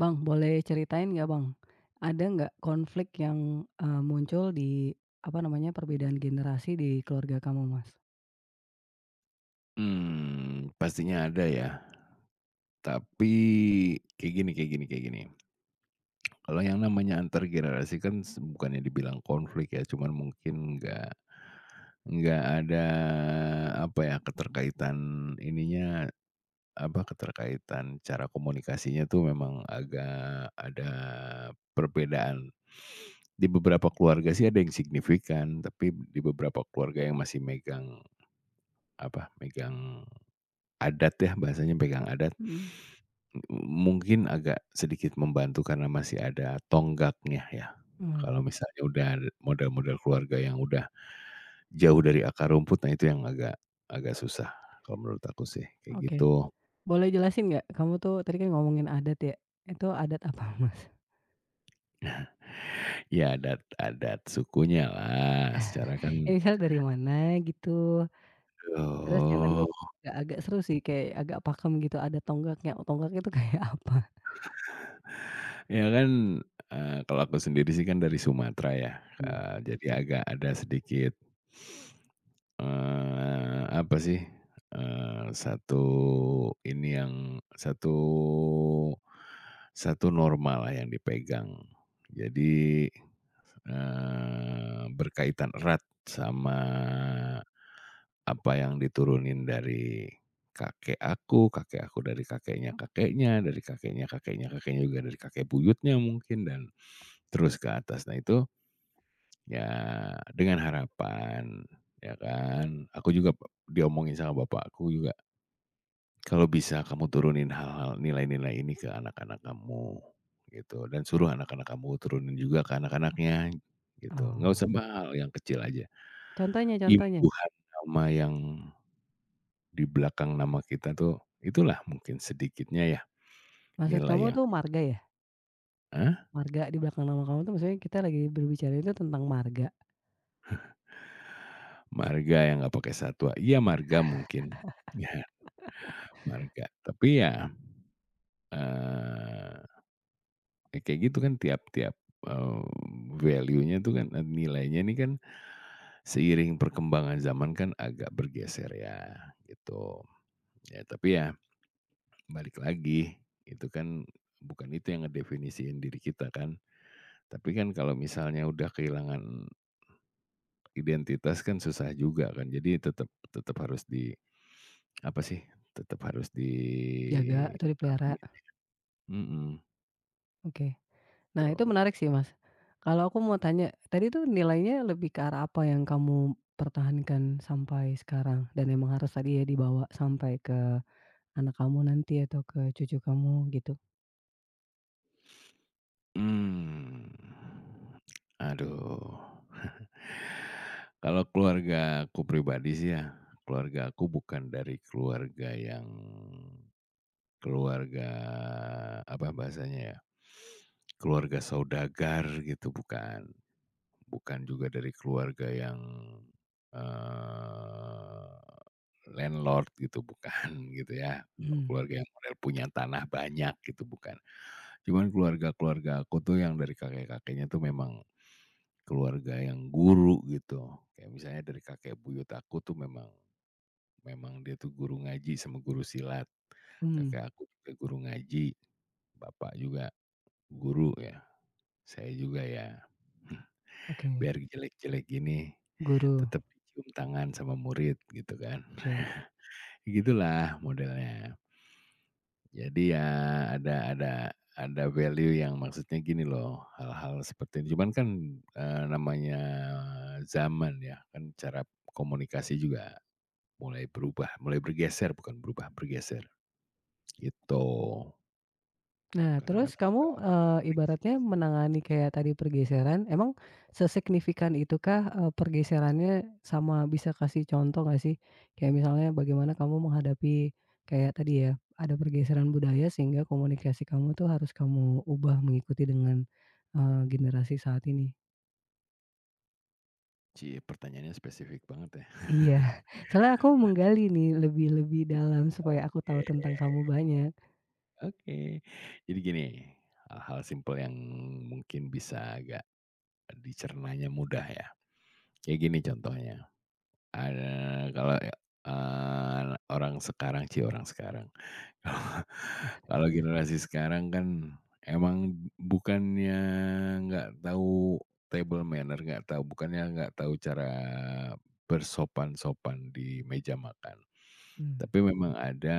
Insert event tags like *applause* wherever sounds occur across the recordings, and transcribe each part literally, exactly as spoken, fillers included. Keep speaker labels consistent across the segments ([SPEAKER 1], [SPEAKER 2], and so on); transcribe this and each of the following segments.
[SPEAKER 1] Bang, boleh ceritain nggak Bang, ada nggak konflik yang, eee, muncul di, apa namanya, perbedaan generasi di keluarga kamu, Mas?
[SPEAKER 2] Mmm, pastinya ada ya. Tapi kayak gini kayak gini kayak gini, kalau yang namanya antar generasi kan s bukannya dibilang konflik ya, cuman mungkin nggak nggak ada, apa ya, keterkaitan ininya, apa, keterkaitan cara komunikasinya tuh memang agak ada perbedaan. Di beberapa keluarga sih ada yang signifikan, tapi di beberapa keluarga yang masih megang, apa, megang adat ya, bahasanya pegang adat.
[SPEAKER 1] Mhm.
[SPEAKER 2] Mungkin agak sedikit membantu karena masih ada tonggaknya ya.
[SPEAKER 1] Mmm,
[SPEAKER 2] Kalau misalnya udah ada model-model keluarga yang udah jauh dari akar rumput, nah itu yang agak agak susah kalau menurut aku sih, kayak
[SPEAKER 1] oke.
[SPEAKER 2] gitu.
[SPEAKER 1] Boleh jelasin nggak, kamu tuh tadi kan ngomongin adat ya, itu adat apa, *laughs* Mas?
[SPEAKER 2] Ya adat-adat sukunya lah secara kan.
[SPEAKER 1] Ini misalnya dari mana gitu, terus yang tadi
[SPEAKER 2] Oh,
[SPEAKER 1] kamu agak agak seru sih, kayak agak pakem gitu ada tonggaknya, tonggaknya itu kayak *laughs* apa?
[SPEAKER 2] ya kan, eee, kalau aku sendiri sih kan dari Sumatera ya,
[SPEAKER 1] Mmm,
[SPEAKER 2] eee, jadi agak ada sedikit. Eee, apa sih, eee, satu ini yang satu satu normalah yang dipegang. Jadi, eee, berkaitan erat sama apa yang diturunin dari kakek aku, kakek aku dari kakeknya kakeknya, dari kakeknya kakeknya kakeknya juga dari kakek buyutnya mungkin dan terus ke atas. Nah itu. Ya, dengan harapan, ya kan, aku juga pe diomongin sama bapakku juga, "Kalau bisa kamu turunin hal-hal nilai-nilai ini ke anak-anak kamu," gitu, "dan suruh anak-anak kamu turunin juga ke anak-anaknya," gitu. "Nggak
[SPEAKER 1] oh,
[SPEAKER 2] usah mahal, yang kecil aja."
[SPEAKER 1] contohnya contohnya?
[SPEAKER 2] Imbuhan nama yang di belakang nama kita tuh, itulah mungkin sedikitnya ya,
[SPEAKER 1] Maksud kamu
[SPEAKER 2] nilai yang.
[SPEAKER 1] tuh marga ya?
[SPEAKER 2] Hah?
[SPEAKER 1] Marga di belakang nama kamu tuh maksudnya kita lagi berbicara itu tentang marga?
[SPEAKER 2] Marga yang nggak pakai satwa, iya marga mungkin, ya marga, tapi ya, eee Ya kayak gitu kan tiap-tiap, mmm, value-nya tuh kan, eee, nilainya ini kan seiring perkembangan zaman kan agak bergeser ya, gitu. Ya tapi ya balik lagi, itu kan bukan itu yang ngedefinisiin diri kita kan. Tapi kan kalau misalnya udah kehilangan identitas kan susah juga kan. Jadi tetep tetep harus di apa sih, tetep harus
[SPEAKER 1] Jaga atau dipelihara?
[SPEAKER 2] ditanamin. Mhm,
[SPEAKER 1] Oke. Nah itu
[SPEAKER 2] tuh.
[SPEAKER 1] menarik sih Mas. Kalau aku mau tanya, tadi tuh nilainya lebih ke arah apa yang kamu pertahankan sampai sekarang? Dan emang harus tadi ya dibawa sampai ke anak kamu nanti atau ke cucu kamu gitu?
[SPEAKER 2] hmm Aduh. Kalau keluarga aku pribadi sih ya, keluarga aku bukan dari keluarga yang keluarga, apa bahasanya ya, keluarga saudagar gitu, bukan. Bukan juga dari keluarga yang, eee, landlord gitu, bukan, *laughs* gitu ya.
[SPEAKER 1] Mhm.
[SPEAKER 2] Keluarga yang model punya tanah banyak gitu, bukan. Cuman keluarga-keluarga aku tuh yang dari kakek-kakeknya tuh memang keluarga yang guru gitu, kayak misalnya dari kakek buyut aku tuh memang memang dia tuh guru ngaji sama guru silat.
[SPEAKER 1] Mmm,
[SPEAKER 2] Kakek aku juga guru ngaji, bapak juga guru ya, saya juga ya, *laughs*
[SPEAKER 1] oke.
[SPEAKER 2] biar jelek-jelek gini
[SPEAKER 1] Guru,
[SPEAKER 2] tetap dicium tangan sama murid gitu kan.
[SPEAKER 1] oke.
[SPEAKER 2] *laughs* Gitulah modelnya. Jadi ya ada ada ada value yang maksudnya gini loh, hal-hal seperti ini. Cuman kan, eee, namanya zaman ya, kan cara komunikasi juga mulai berubah, mulai bergeser, bukan berubah, bergeser, gitu.
[SPEAKER 1] Nah, terus
[SPEAKER 2] Kadang-kadang suka
[SPEAKER 1] kamu,
[SPEAKER 2] ada
[SPEAKER 1] eee,
[SPEAKER 2] friksi di
[SPEAKER 1] ibaratnya
[SPEAKER 2] situ.
[SPEAKER 1] menangani kayak tadi pergeseran, emang sesignifikan itukah, eee, pergeserannya sama bisa kasih contoh nggak sih? Kayak misalnya bagaimana kamu menghadapi kayak tadi ya, ada pergeseran budaya sehingga komunikasi kamu tuh harus kamu ubah mengikuti dengan, eee, generasi saat ini.
[SPEAKER 2] Cie, pertanyaannya spesifik banget ya.
[SPEAKER 1] Iya, *laughs* soalnya aku menggali nih lebih lebih dalam
[SPEAKER 2] *laughs*
[SPEAKER 1] supaya aku tahu
[SPEAKER 2] Oke,
[SPEAKER 1] tentang kamu banyak.
[SPEAKER 2] oke. Jadi gini, hal-hal simpel yang mungkin bisa agak dicernanya mudah ya, kayak gini contohnya. Ada kalau ya, eee, orang sekarang cie orang sekarang, kalau generasi sekarang kan emang bukannya nggak tahu table manner, nggak tahu bukannya nggak tahu cara bersopan-sopan di meja makan.
[SPEAKER 1] Mmm,
[SPEAKER 2] Tapi memang ada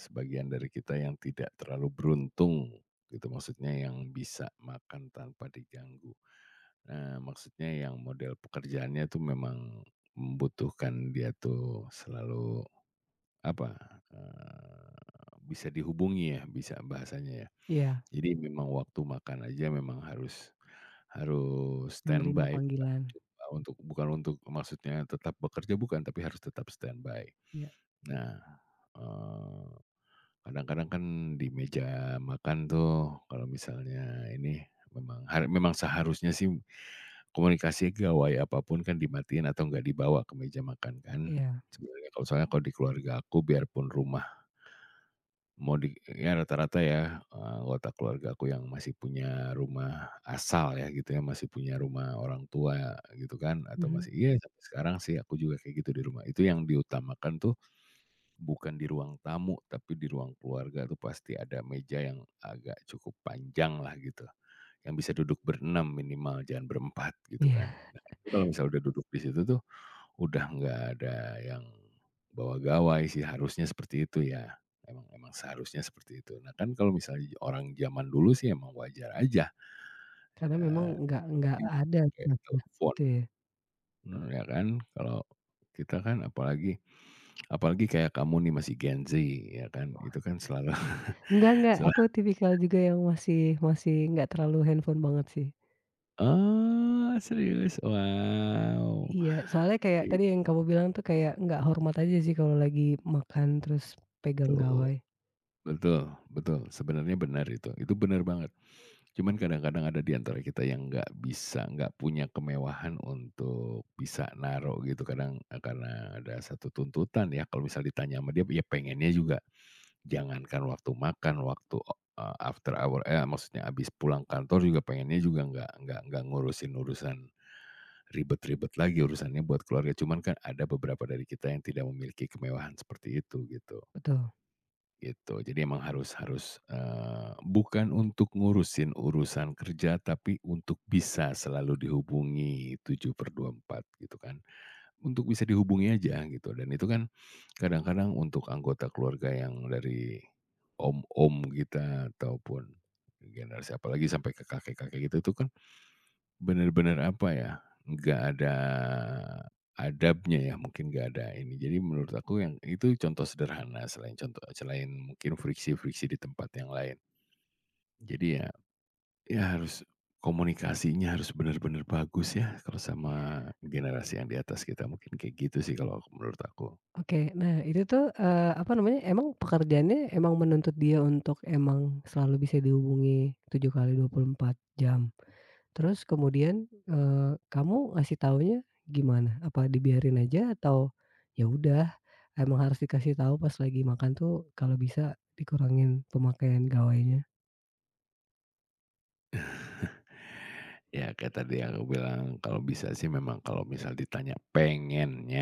[SPEAKER 2] sebagian dari kita yang tidak terlalu beruntung gitu, maksudnya yang bisa makan tanpa diganggu. Eee, maksudnya yang model pekerjaannya tuh memang membutuhkan dia tuh selalu apa, eee, bisa dihubungi ya, bisa bahasanya ya.
[SPEAKER 1] iya,
[SPEAKER 2] Jadi memang waktu makan aja memang harus harus
[SPEAKER 1] menerima
[SPEAKER 2] standby
[SPEAKER 1] panggilan.
[SPEAKER 2] bukan untuk untuk bukan untuk maksudnya tetap bekerja bukan, tapi harus tetap standby.
[SPEAKER 1] Iya,
[SPEAKER 2] Nah, eee, kadang-kadang kan di meja makan tuh kalau misalnya ini memang har memang seharusnya sih komunikasi gawai apapun kan dimatiin atau nggak dibawa ke meja makan kan,
[SPEAKER 1] iya.
[SPEAKER 2] sebenarnya kalau soalnya kalau di keluarga aku biarpun rumah mau di ya rata-rata ya, eee, anggota keluarga aku yang masih punya rumah asal ya gitu ya, masih punya rumah orang tua gitu kan, atau
[SPEAKER 1] Mhm,
[SPEAKER 2] masih iya sampai sekarang sih aku juga kayak gitu di rumah. Itu yang diutamakan tuh bukan di ruang tamu, tapi di ruang keluarga tuh pasti ada meja yang agak cukup panjang lah gitu, yang bisa duduk berenam minimal, jangan berempat gitu kan.
[SPEAKER 1] iya.
[SPEAKER 2] Nah, itu kalau misalnya udah duduk di situ tuh, udah nggak ada yang bawa gawai sih, harusnya seperti itu ya. Emang emang seharusnya seperti itu. Nah, kan kalau misalnya orang zaman dulu sih emang wajar aja,
[SPEAKER 1] Karena memang
[SPEAKER 2] eee,
[SPEAKER 1] nggak nggak ada
[SPEAKER 2] pakai
[SPEAKER 1] ada
[SPEAKER 2] telepon.
[SPEAKER 1] gitu ya?
[SPEAKER 2] Mmm, ya kan, kalau kita kan apalagi apalagi kayak kamu nih masih Gen Z ya kan, itu kan selalu
[SPEAKER 1] Enggak
[SPEAKER 2] *laughs*
[SPEAKER 1] enggak,
[SPEAKER 2] selalu
[SPEAKER 1] aku tipikal juga yang masih masih nggak terlalu handphone banget sih.
[SPEAKER 2] oh serius? Wow,
[SPEAKER 1] Iya, soalnya kayak
[SPEAKER 2] itu
[SPEAKER 1] tadi yang kamu bilang tuh kayak nggak hormat aja sih kalau lagi makan terus pegang gawai,
[SPEAKER 2] betul betul, sebenarnya benar itu, itu benar banget. Cuman kadang-kadang ada di antara kita yang nggak bisa, nggak punya kemewahan untuk bisa naruh gitu kadang, eee, karena ada satu tuntutan ya, kalau misal ditanya sama dia, ya pengennya juga. Jangankan waktu makan, waktu, eee, after hour eh, maksudnya abis pulang kantor juga pengennya juga nggak nggak nggak ngurusin urusan ribet-ribet lagi urusannya buat keluarga, cuman kan ada beberapa dari kita yang tidak memiliki kemewahan seperti itu gitu,
[SPEAKER 1] betul.
[SPEAKER 2] gitu. Jadi emang harus harus, eee, bukan untuk ngurusin urusan kerja, tapi untuk bisa selalu dihubungi tujuh empat gitu kan. Untuk bisa dihubungi aja gitu dan itu kan kadang-kadang untuk anggota keluarga yang dari om-om kita ataupun generasi apalagi sampai ke kakek-kakek gitu tuh kan bener-bener apa ya, nggak ada adabnya ya mungkin nggak ada ini. Jadi menurut aku yang itu contoh sederhana selain contoh selain mungkin friksi-friksi di tempat yang lain. Jadi ya ya harus komunikasinya harus benar-benar bagus ya kalau sama generasi yang di atas kita mungkin kayak gitu sih kalau menurut aku.
[SPEAKER 1] Oke, nah itu tuh, eee, apa namanya, emang pekerjaannya emang menuntut dia untuk emang selalu bisa dihubungi tujuh kali dua puluh empat jam? Terus kemudian, eee, kamu ngasih taunya gimana? Apa dibiarin aja atau ya udah emang harus dikasih tahu pas lagi makan tuh kalau bisa dikurangin pemakaian gawainya?
[SPEAKER 2] Ya kayak tadi aku bilang, kalau bisa sih memang kalau misal ditanya pengennya,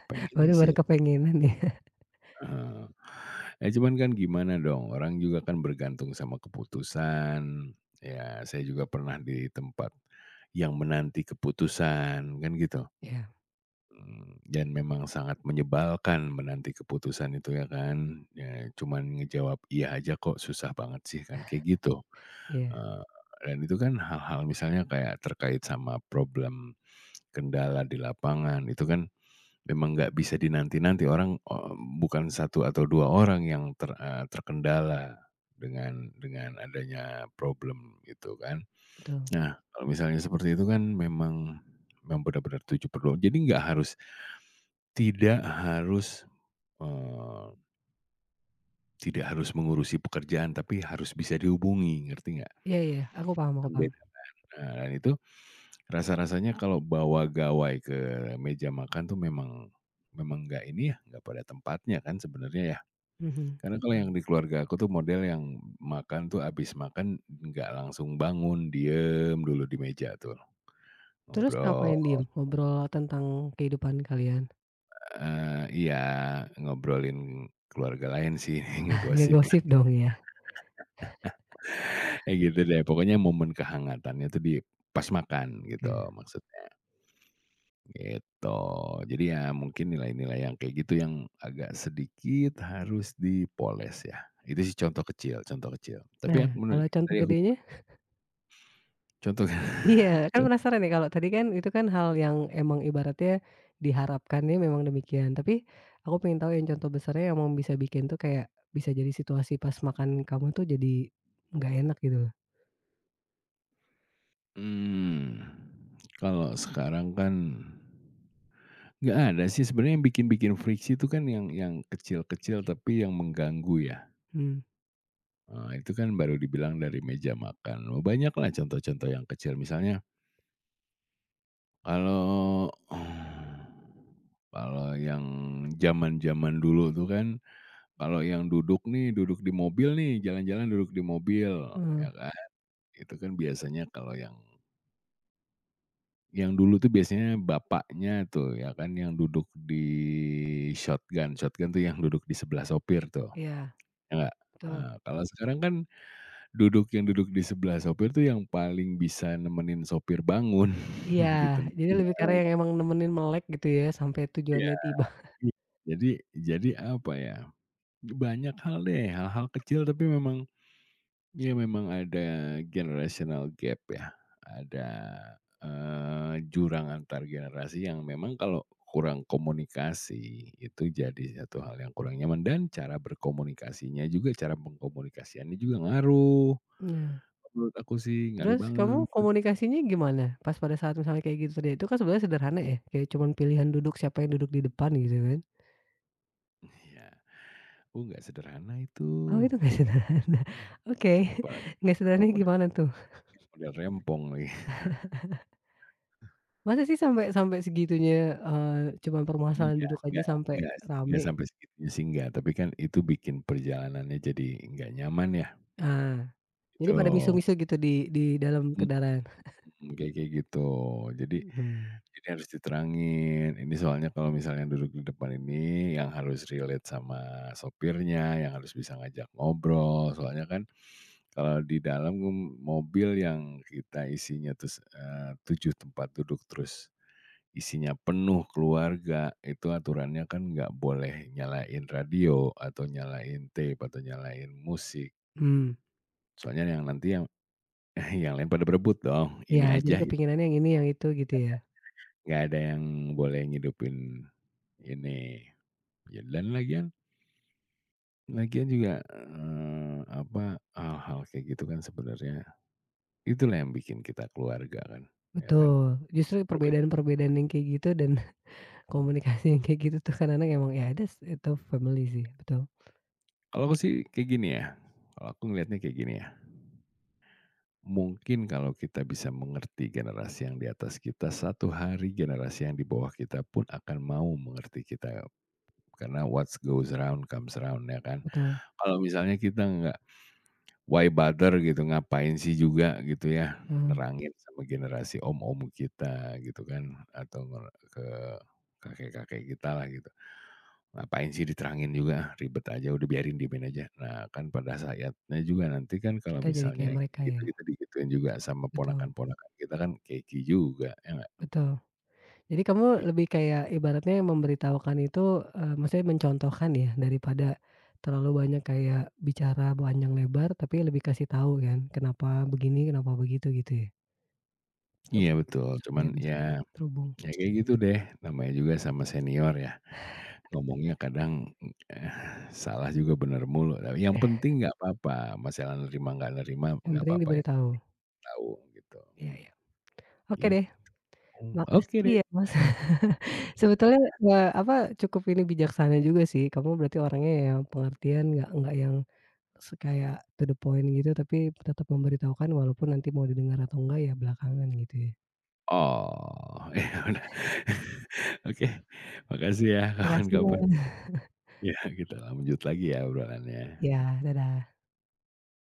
[SPEAKER 1] *laughs*
[SPEAKER 2] pengennya
[SPEAKER 1] Waduh baru
[SPEAKER 2] sih
[SPEAKER 1] kepengenan ya. *laughs*
[SPEAKER 2] heeh. Ya cuman kan gimana dong, orang juga kan bergantung sama keputusan, ya saya juga pernah di tempat yang menanti keputusan, kan gitu.
[SPEAKER 1] Iya,
[SPEAKER 2] Mmm, dan memang sangat menyebalkan menanti keputusan itu ya kan, ya cuman ngejawab iya aja kok susah banget sih kan, kayak gitu.
[SPEAKER 1] iya,
[SPEAKER 2] Eee, dan itu kan hal-hal misalnya kayak terkait sama problem kendala di lapangan, itu kan memang nggak bisa dinanti-nanti orang, eee, bukan satu atau dua orang yang ter eee, terkendala dengan dengan adanya problem itu kan.
[SPEAKER 1] betul.
[SPEAKER 2] Nah, kalau misalnya seperti itu kan memang memang benar-benar tujuh per dua. Jadi nggak harus tidak harus, eee, tidak harus mengurusi pekerjaan, tapi harus bisa dihubungi, ngerti nggak?
[SPEAKER 1] Iya, iya, aku paham, aku
[SPEAKER 2] Kan
[SPEAKER 1] paham.
[SPEAKER 2] nah, dan itu rasa-rasanya kalau bawa gawai ke meja makan tuh memang memang nggak ini ya, nggak pada tempatnya kan sebenarnya ya.
[SPEAKER 1] Mhm.
[SPEAKER 2] Karena kalau yang Mhm. di keluarga aku tuh model yang makan tuh abis makan nggak langsung bangun, diem dulu di meja tuh,
[SPEAKER 1] Terus
[SPEAKER 2] ngobrol
[SPEAKER 1] ngapain diem? Ngobrol tentang kehidupan kalian?
[SPEAKER 2] heeh, iya, ngobrolin keluarga lain sih, *laughs*
[SPEAKER 1] *laughs*
[SPEAKER 2] ngegosip lah,
[SPEAKER 1] Ngegosip dong ya?
[SPEAKER 2] kayak gitu deh. Pokoknya momen kehangatannya tuh di pas makan gitu
[SPEAKER 1] Oke.
[SPEAKER 2] maksudnya. Gitu. Jadi ya mungkin nilai-nilai yang kayak gitu yang agak sedikit harus dipoles ya. Itu sih contoh kecil contoh kecil. Tapi
[SPEAKER 1] Nah,
[SPEAKER 2] yang
[SPEAKER 1] kalau
[SPEAKER 2] menurut
[SPEAKER 1] contoh
[SPEAKER 2] tadi aku
[SPEAKER 1] gedenya?
[SPEAKER 2] contoh
[SPEAKER 1] Iya,
[SPEAKER 2] *laughs*
[SPEAKER 1] kan
[SPEAKER 2] con
[SPEAKER 1] penasaran nih kalau tadi kan itu kan hal yang emang ibaratnya diharapkannya memang demikian. Tapi aku pengen tahu yang contoh besarnya yang emang bisa bikin tuh kayak bisa jadi situasi pas makan kamu tuh jadi nggak enak gitu loh.
[SPEAKER 2] mmm, kalau sekarang kan nggak ada sih sebenarnya yang bikin-bikin friksi itu kan yang yang kecil-kecil tapi yang mengganggu ya.
[SPEAKER 1] Hmm,
[SPEAKER 2] Eee, itu kan baru dibilang dari meja makan. Banyaklah contoh-contoh yang kecil misalnya. Kalau kalau yang zaman-zaman dulu tuh kan, kalau yang duduk nih, duduk di mobil nih, jalan-jalan duduk di mobil,
[SPEAKER 1] heeh,
[SPEAKER 2] ya kan. Itu kan biasanya kalau yang yang dulu tuh biasanya bapaknya tuh ya kan yang duduk di shotgun, shotgun tuh yang duduk di sebelah sopir tuh,
[SPEAKER 1] iya,
[SPEAKER 2] ya nggak?
[SPEAKER 1] betul.
[SPEAKER 2] Eee, kalau sekarang kan duduk yang duduk di sebelah sopir tuh yang paling bisa nemenin sopir bangun
[SPEAKER 1] Iya,
[SPEAKER 2] *laughs* gitu.
[SPEAKER 1] jadi lebih
[SPEAKER 2] Iya
[SPEAKER 1] karena yang emang nemenin melek gitu ya sampai tujuannya
[SPEAKER 2] iya.
[SPEAKER 1] tiba.
[SPEAKER 2] Jadi jadi apa ya banyak hal deh, hal-hal kecil tapi memang ya memang ada generational gap ya, ada, eee, jurang antar generasi yang memang kalau kurang komunikasi itu jadi satu hal yang kurang nyaman dan cara berkomunikasinya juga, cara pengkomunikasiannya juga ngaruh,
[SPEAKER 1] Nah,
[SPEAKER 2] menurut aku sih ngaruh
[SPEAKER 1] terus kamu
[SPEAKER 2] banget.
[SPEAKER 1] komunikasinya gimana pas pada saat misalnya kayak gitu tadi? Itu kan sebenarnya sederhana ya, kayak cuman pilihan duduk siapa yang duduk di depan gitu kan.
[SPEAKER 2] Ya oh nggak sederhana itu,
[SPEAKER 1] Oh itu nggak
[SPEAKER 2] nggak
[SPEAKER 1] sederhana. Oke,
[SPEAKER 2] apalagi
[SPEAKER 1] *laughs* nggak
[SPEAKER 2] kalau
[SPEAKER 1] sederhananya
[SPEAKER 2] model
[SPEAKER 1] gimana tuh?
[SPEAKER 2] model rempong lagi.
[SPEAKER 1] Masa sih sampai sampai segitunya, eee, cuman permasalahan
[SPEAKER 2] Enggak
[SPEAKER 1] duduk aja
[SPEAKER 2] enggak
[SPEAKER 1] sampai
[SPEAKER 2] enggak sih, enggak
[SPEAKER 1] rame?
[SPEAKER 2] sampai segitunya sih enggak, tapi kan itu bikin perjalanannya jadi enggak nyaman ya,
[SPEAKER 1] Ah, jadi pada
[SPEAKER 2] gitu.
[SPEAKER 1] misu-misu gitu di di dalam kendaraan?
[SPEAKER 2] Mhm, kayak kayak gitu. Jadi
[SPEAKER 1] Hmm.
[SPEAKER 2] jadi harus diterangin, ini soalnya kalau misalnya duduk di depan ini yang harus relate sama sopirnya, yang harus bisa ngajak ngobrol, soalnya kan kalau di dalam mobil yang kita isinya terus, eee, tujuh tempat duduk terus isinya penuh keluarga, itu aturannya kan nggak boleh nyalain radio atau nyalain tape atau nyalain musik.
[SPEAKER 1] Hmm,
[SPEAKER 2] Soalnya yang nanti yang *laughs* yang lain pada berebut dong,
[SPEAKER 1] ya
[SPEAKER 2] ini
[SPEAKER 1] jadi
[SPEAKER 2] aja
[SPEAKER 1] kepinginannya yang ini yang itu gitu ya?
[SPEAKER 2] nggak ada yang boleh ngidupin ini. Ya dan lagian lagian juga, eee, apa, hal-hal kayak gitu kan sebenarnya itulah yang bikin kita keluarga kan, ya kan?
[SPEAKER 1] Betul, justru
[SPEAKER 2] Berbeda,
[SPEAKER 1] perbedaan-perbedaan yang kayak gitu dan *laughs*
[SPEAKER 2] mmm.
[SPEAKER 1] komunikasi yang kayak gitu tuh kadang-kadang emang ya ada itu family sih, betul,
[SPEAKER 2] Kalau aku sih kayak gini ya, kalau aku ngelihatnya kayak gini ya. Mungkin kalau kita bisa mengerti generasi yang di atas kita, satu hari generasi yang di bawah kita pun akan mau mengerti kita, karena what goes around comes around ya kan.
[SPEAKER 1] betul,
[SPEAKER 2] Kalau misalnya kita nggak. Why bother gitu, ngapain sih juga gitu ya,
[SPEAKER 1] heeh,
[SPEAKER 2] nerangin sama generasi om-om kita gitu kan, atau ngera ke kakek-kakek kita lah gitu. Ngapain sih diterangin juga, ah, ribet aja udah biarin diemin aja. Nah kan pada saatnya juga nanti kan kalau
[SPEAKER 1] kita jadi
[SPEAKER 2] misalnya
[SPEAKER 1] kayak mereka
[SPEAKER 2] kayak gitu
[SPEAKER 1] ya,
[SPEAKER 2] kita digituin juga sama
[SPEAKER 1] betul,
[SPEAKER 2] ponakan-ponakan kita kan keki juga, ya nggak?
[SPEAKER 1] betul. Jadi kamu
[SPEAKER 2] Gitu.
[SPEAKER 1] lebih kayak ibaratnya memberitahukan itu, eee, maksudnya mencontohkan ya daripada terlalu banyak kayak bicara panjang lebar tapi lebih kasih tahu kan, kenapa begini, kenapa begitu gitu ya? Sup
[SPEAKER 2] Iya betul, cuman
[SPEAKER 1] supaya
[SPEAKER 2] ya
[SPEAKER 1] bisa terhubung.
[SPEAKER 2] ya kayak gitu deh, namanya juga sama senior ya. Ngomongnya kadang, eh, salah juga bener mulu, tapi yang
[SPEAKER 1] Eh,
[SPEAKER 2] penting nggak apa-apa, masalah nerima nggak nerima
[SPEAKER 1] yang
[SPEAKER 2] nggak
[SPEAKER 1] penting
[SPEAKER 2] apa-apa yang
[SPEAKER 1] diberitahu.
[SPEAKER 2] tahu gitu,
[SPEAKER 1] Iya, iya. Oke
[SPEAKER 2] gitu.
[SPEAKER 1] deh,
[SPEAKER 2] Oke
[SPEAKER 1] makasih
[SPEAKER 2] deh.
[SPEAKER 1] ya Mas. *laughs* Sebetulnya, eee, apa, cukup ini bijaksana juga sih, kamu berarti orangnya yang pengertian nggak nggak yang Se kayak to the point gitu, tapi tetap memberitahukan walaupun nanti mau didengar atau enggak ya belakangan gitu ya.
[SPEAKER 2] Oh, *laughs* ya udah. Oke, makasih ya
[SPEAKER 1] Makasih
[SPEAKER 2] kawan-kawan
[SPEAKER 1] Mas.
[SPEAKER 2] ya kita lanjut lagi ya obrolannya.
[SPEAKER 1] Iya, dadah.